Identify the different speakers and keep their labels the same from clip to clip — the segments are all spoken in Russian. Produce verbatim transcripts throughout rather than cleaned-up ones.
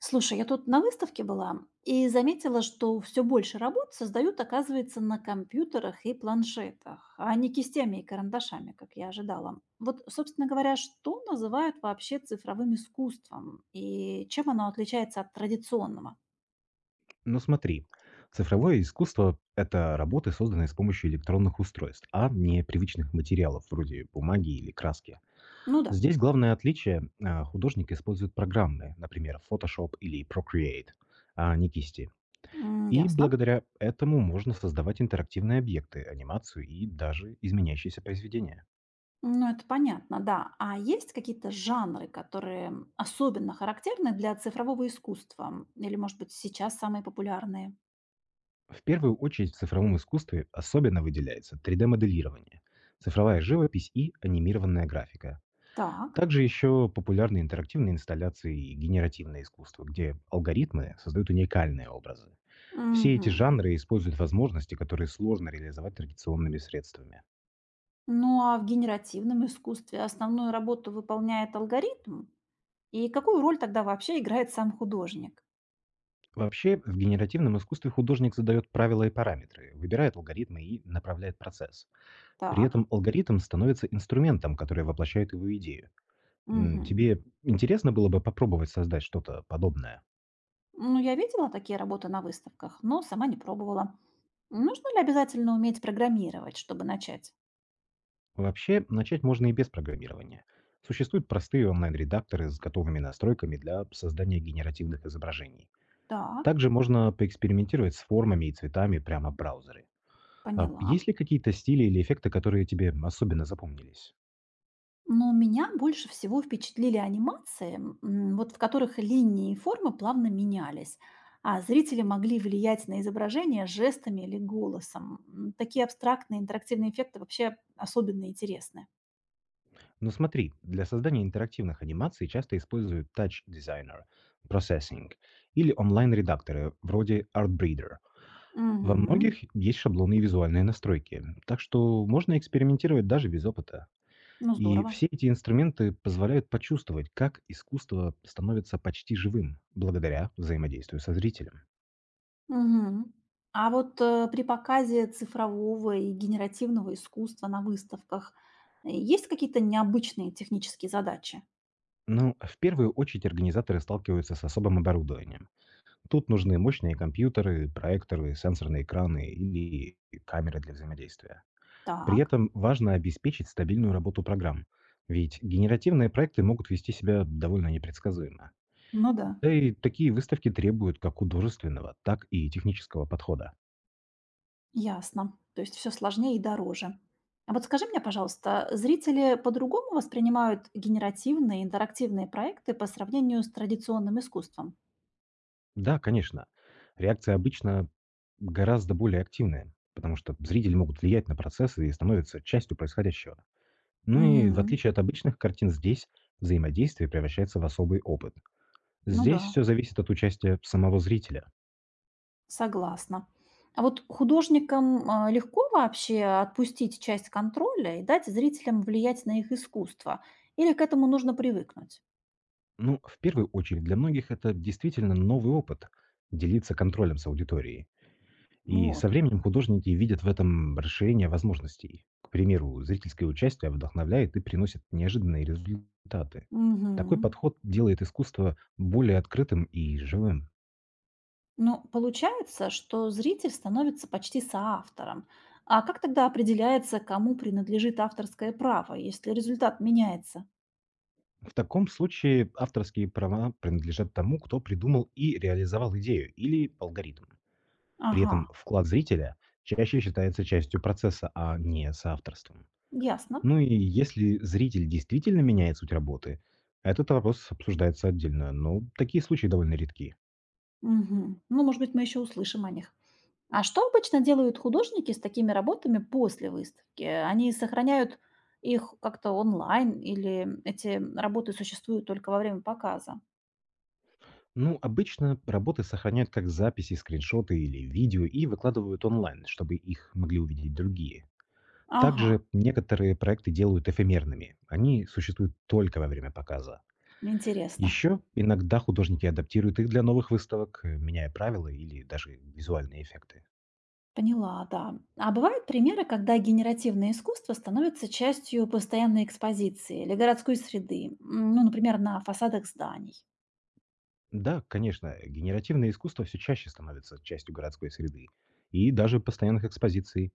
Speaker 1: Слушай, я тут на выставке была и заметила, что все больше работ создают, оказывается, на компьютерах и планшетах, а не кистями и карандашами, как я ожидала. Вот, собственно говоря, что называют вообще цифровым искусством и чем оно отличается от традиционного?
Speaker 2: Ну смотри, цифровое искусство– это работы, созданные с помощью электронных устройств, а не привычных материалов вроде бумаги или краски.
Speaker 1: Ну да.
Speaker 2: Здесь главное отличие– а, художник использует программные, например, Photoshop или Procreate, а не кисти.
Speaker 1: М,
Speaker 2: И
Speaker 1: ясно.
Speaker 2: благодаря этому можно создавать интерактивные объекты, анимацию и даже изменяющиеся произведения.
Speaker 1: Ну, это понятно, да. А есть какие-то жанры, которые особенно характерны для цифрового искусства? Или, может быть, сейчас самые популярные?
Speaker 2: В первую очередь в цифровом искусстве особенно выделяется три дэ-моделирование, цифровая живопись и анимированная графика.
Speaker 1: Так.
Speaker 2: Также еще популярны интерактивные инсталляции и генеративное искусство, где алгоритмы создают уникальные образы. Все эти
Speaker 1: Мгм.
Speaker 2: жанры используют возможности, которые сложно реализовать традиционными средствами.
Speaker 1: Ну а в генеративном искусстве основную работу выполняет алгоритм? И какую роль тогда вообще играет сам художник?
Speaker 2: Вообще, в генеративном искусстве художник задает правила и параметры, выбирает алгоритмы и направляет процесс. При
Speaker 1: Так.
Speaker 2: этом алгоритм становится инструментом, который воплощает его идею. М,
Speaker 1: Мгм.
Speaker 2: Тебе интересно было бы попробовать создать что-то подобное?
Speaker 1: Ну, я видела такие работы на выставках, но сама не пробовала. Нужно ли обязательно уметь программировать, чтобы начать?
Speaker 2: Вообще, начать можно и без программирования. Существуют простые онлайн-редакторы с готовыми настройками для создания генеративных изображений.
Speaker 1: Так,
Speaker 2: Также можно поэкспериментировать с формами и цветами прямо в браузере. А
Speaker 1: поняла.
Speaker 2: есть ли какие-то стили или эффекты, которые тебе особенно запомнились?
Speaker 1: Но меня больше всего впечатлили анимации, м, вот в которых линии и формы плавно менялись, а зрители могли влиять на изображение жестами или голосом. М, Такие абстрактные интерактивные эффекты вообще особенно интересны.
Speaker 2: Ну смотри, для создания интерактивных анимаций часто используют Touch Designer, Processing или онлайн-редакторы вроде Artbreeder. Во
Speaker 1: Мгм.
Speaker 2: многих есть шаблоны и визуальные настройки, так что можно экспериментировать даже без опыта.
Speaker 1: Ну,
Speaker 2: И
Speaker 1: здорово.
Speaker 2: все эти инструменты позволяют почувствовать, как искусство становится почти живым благодаря взаимодействию со зрителем.
Speaker 1: Мгм. А вот э, при показе цифрового и генеративного искусства на выставках э, есть какие-то необычные технические задачи?
Speaker 2: Но в первую очередь организаторы сталкиваются с особым оборудованием. Тут нужны мощные компьютеры, проекторы, сенсорные экраны или камеры для взаимодействия. При
Speaker 1: Так,
Speaker 2: этом важно обеспечить стабильную работу программ, ведь генеративные проекты могут вести себя довольно непредсказуемо.
Speaker 1: ну да.
Speaker 2: Да и такие выставки требуют как художественного, так и технического подхода.
Speaker 1: Ясно. То есть все сложнее и дороже. А вот скажи мне, пожалуйста, зрители по-другому воспринимают генеративные, интерактивные проекты по сравнению с традиционным искусством?
Speaker 2: Да, конечно. Реакция обычно гораздо более активная, потому что зрители могут влиять на процессы и становятся частью происходящего. Ну и в
Speaker 1: Мгм.
Speaker 2: отличие от обычных картин, здесь взаимодействие превращается в особый опыт.
Speaker 1: Ну да,
Speaker 2: Здесь все зависит от участия самого зрителя.
Speaker 1: согласна. А вот художникам а, легко вообще отпустить часть контроля и дать зрителям влиять на их искусство? Или к этому нужно привыкнуть?
Speaker 2: Ну, в первую очередь, для многих это действительно новый опыт– делиться контролем с аудиторией. И со
Speaker 1: Вот.
Speaker 2: временем художники видят в этом расширение возможностей. К примеру, зрительское участие вдохновляет и приносит неожиданные результаты. Такой
Speaker 1: Мгм.
Speaker 2: подход делает искусство более открытым и живым.
Speaker 1: Ну, получается, что зритель становится почти соавтором. А как тогда определяется, кому принадлежит авторское право, если результат меняется?
Speaker 2: В таком случае авторские права принадлежат тому, кто придумал и реализовал идею или алгоритм. При
Speaker 1: Ага,
Speaker 2: этом вклад зрителя чаще считается частью процесса, а не соавторством.
Speaker 1: ясно.
Speaker 2: Ну и если зритель действительно меняет суть работы, этот вопрос обсуждается отдельно, но такие случаи довольно редки.
Speaker 1: Мгм. Ну, может быть, мы еще услышим о них. А что обычно делают художники с такими работами после выставки? Они сохраняют их как-то онлайн или эти работы существуют только во время показа?
Speaker 2: Ну, обычно работы сохраняют как записи, скриншоты или видео и выкладывают онлайн, чтобы их могли увидеть другие.
Speaker 1: Ага,
Speaker 2: Также некоторые проекты делают эфемерными. Они существуют только во время показа.
Speaker 1: интересно.
Speaker 2: Еще иногда художники адаптируют их для новых выставок, э, меняя правила или даже визуальные эффекты.
Speaker 1: Поняла, да. А бывают примеры, когда генеративное искусство становится частью постоянной экспозиции или городской среды? М, ну, например, на фасадах зданий.
Speaker 2: Да, конечно, генеративное искусство все чаще становится частью городской среды и даже постоянных экспозиций.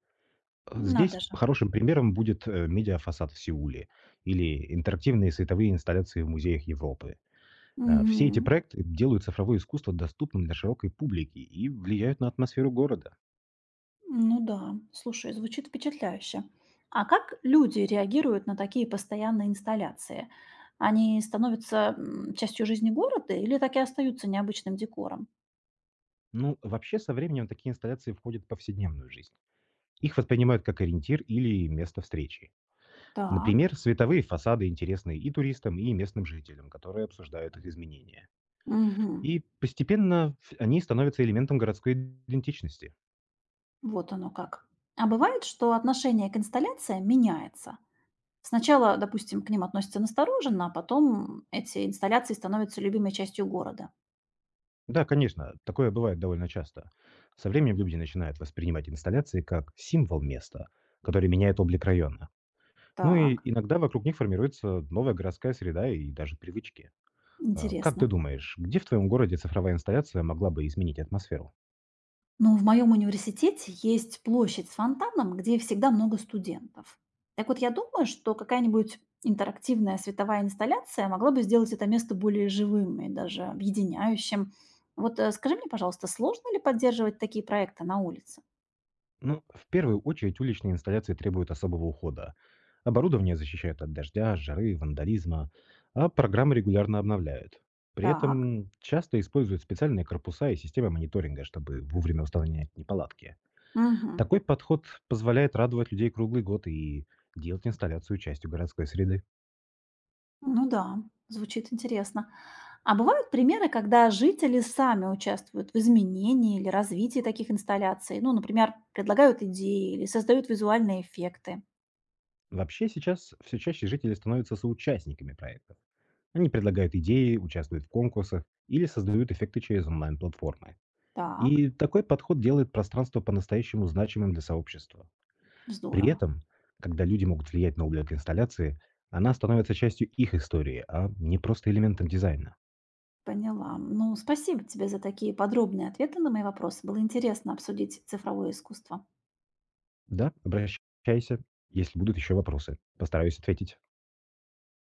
Speaker 2: Э, Здесь
Speaker 1: Надо же.
Speaker 2: хорошим примером будет э, медиафасад в Сеуле или интерактивные световые инсталляции в музеях Европы. Э, Все эти
Speaker 1: Мгм.
Speaker 2: проекты делают цифровое искусство доступным для широкой публики и влияют на атмосферу города.
Speaker 1: Ну да, слушай, звучит впечатляюще. А как люди реагируют на такие постоянные инсталляции? Они становятся м, частью жизни города или так и остаются необычным декором?
Speaker 2: Ну, вообще, со временем такие инсталляции входят в повседневную жизнь. Их воспринимают как ориентир или место встречи.
Speaker 1: Так.
Speaker 2: Например, световые фасады интересны и туристам, и местным жителям, которые обсуждают их изменения.
Speaker 1: Мгм.
Speaker 2: И постепенно ф- они становятся элементом городской идентичности.
Speaker 1: Вот оно как. А бывает, что отношение к инсталляциям меняется? Сначала, допустим, к ним относятся настороженно, а потом эти инсталляции становятся любимой частью города.
Speaker 2: Да, конечно, такое бывает довольно часто. Со временем люди начинают воспринимать инсталляции как символ места, который меняет облик района. Ну и
Speaker 1: Так,
Speaker 2: иногда вокруг них формируется новая городская среда и даже привычки. А, Как ты
Speaker 1: интересно.
Speaker 2: думаешь, где в твоем городе цифровая инсталляция могла бы изменить атмосферу?
Speaker 1: Ну, в моем университете есть площадь с фонтаном, где всегда много студентов. Так вот, я думаю, что какая-нибудь интерактивная световая инсталляция могла бы сделать это место более живым и даже объединяющим. Вот э, скажи мне, пожалуйста, сложно ли поддерживать такие проекты на улице?
Speaker 2: Ну, в первую очередь уличные инсталляции требуют особого ухода. Оборудование защищают от дождя, жары, вандализма, а программы регулярно обновляют. При
Speaker 1: Так.
Speaker 2: этом часто используют специальные корпуса и системы мониторинга, чтобы вовремя устранять неполадки.
Speaker 1: Угу.
Speaker 2: Такой подход позволяет радовать людей круглый год и делать инсталляцию частью городской среды.
Speaker 1: Ну да, звучит интересно. А бывают примеры, когда жители сами участвуют в изменении или развитии таких инсталляций? Ну, например, предлагают идеи или создают визуальные эффекты.
Speaker 2: Вообще сейчас все чаще жители становятся соучастниками проектов. Они предлагают идеи, участвуют в конкурсах или создают эффекты через онлайн-платформы.
Speaker 1: Так,
Speaker 2: И такой подход делает пространство по-настоящему значимым для сообщества. При
Speaker 1: здорово.
Speaker 2: этом, когда люди могут влиять на облик инсталляции, она становится частью их истории, а не просто элементом дизайна.
Speaker 1: Поняла. Ну, спасибо тебе за такие подробные ответы на мои вопросы. Было интересно обсудить цифровое искусство.
Speaker 2: Да, обращайся, если будут еще вопросы. Постараюсь ответить.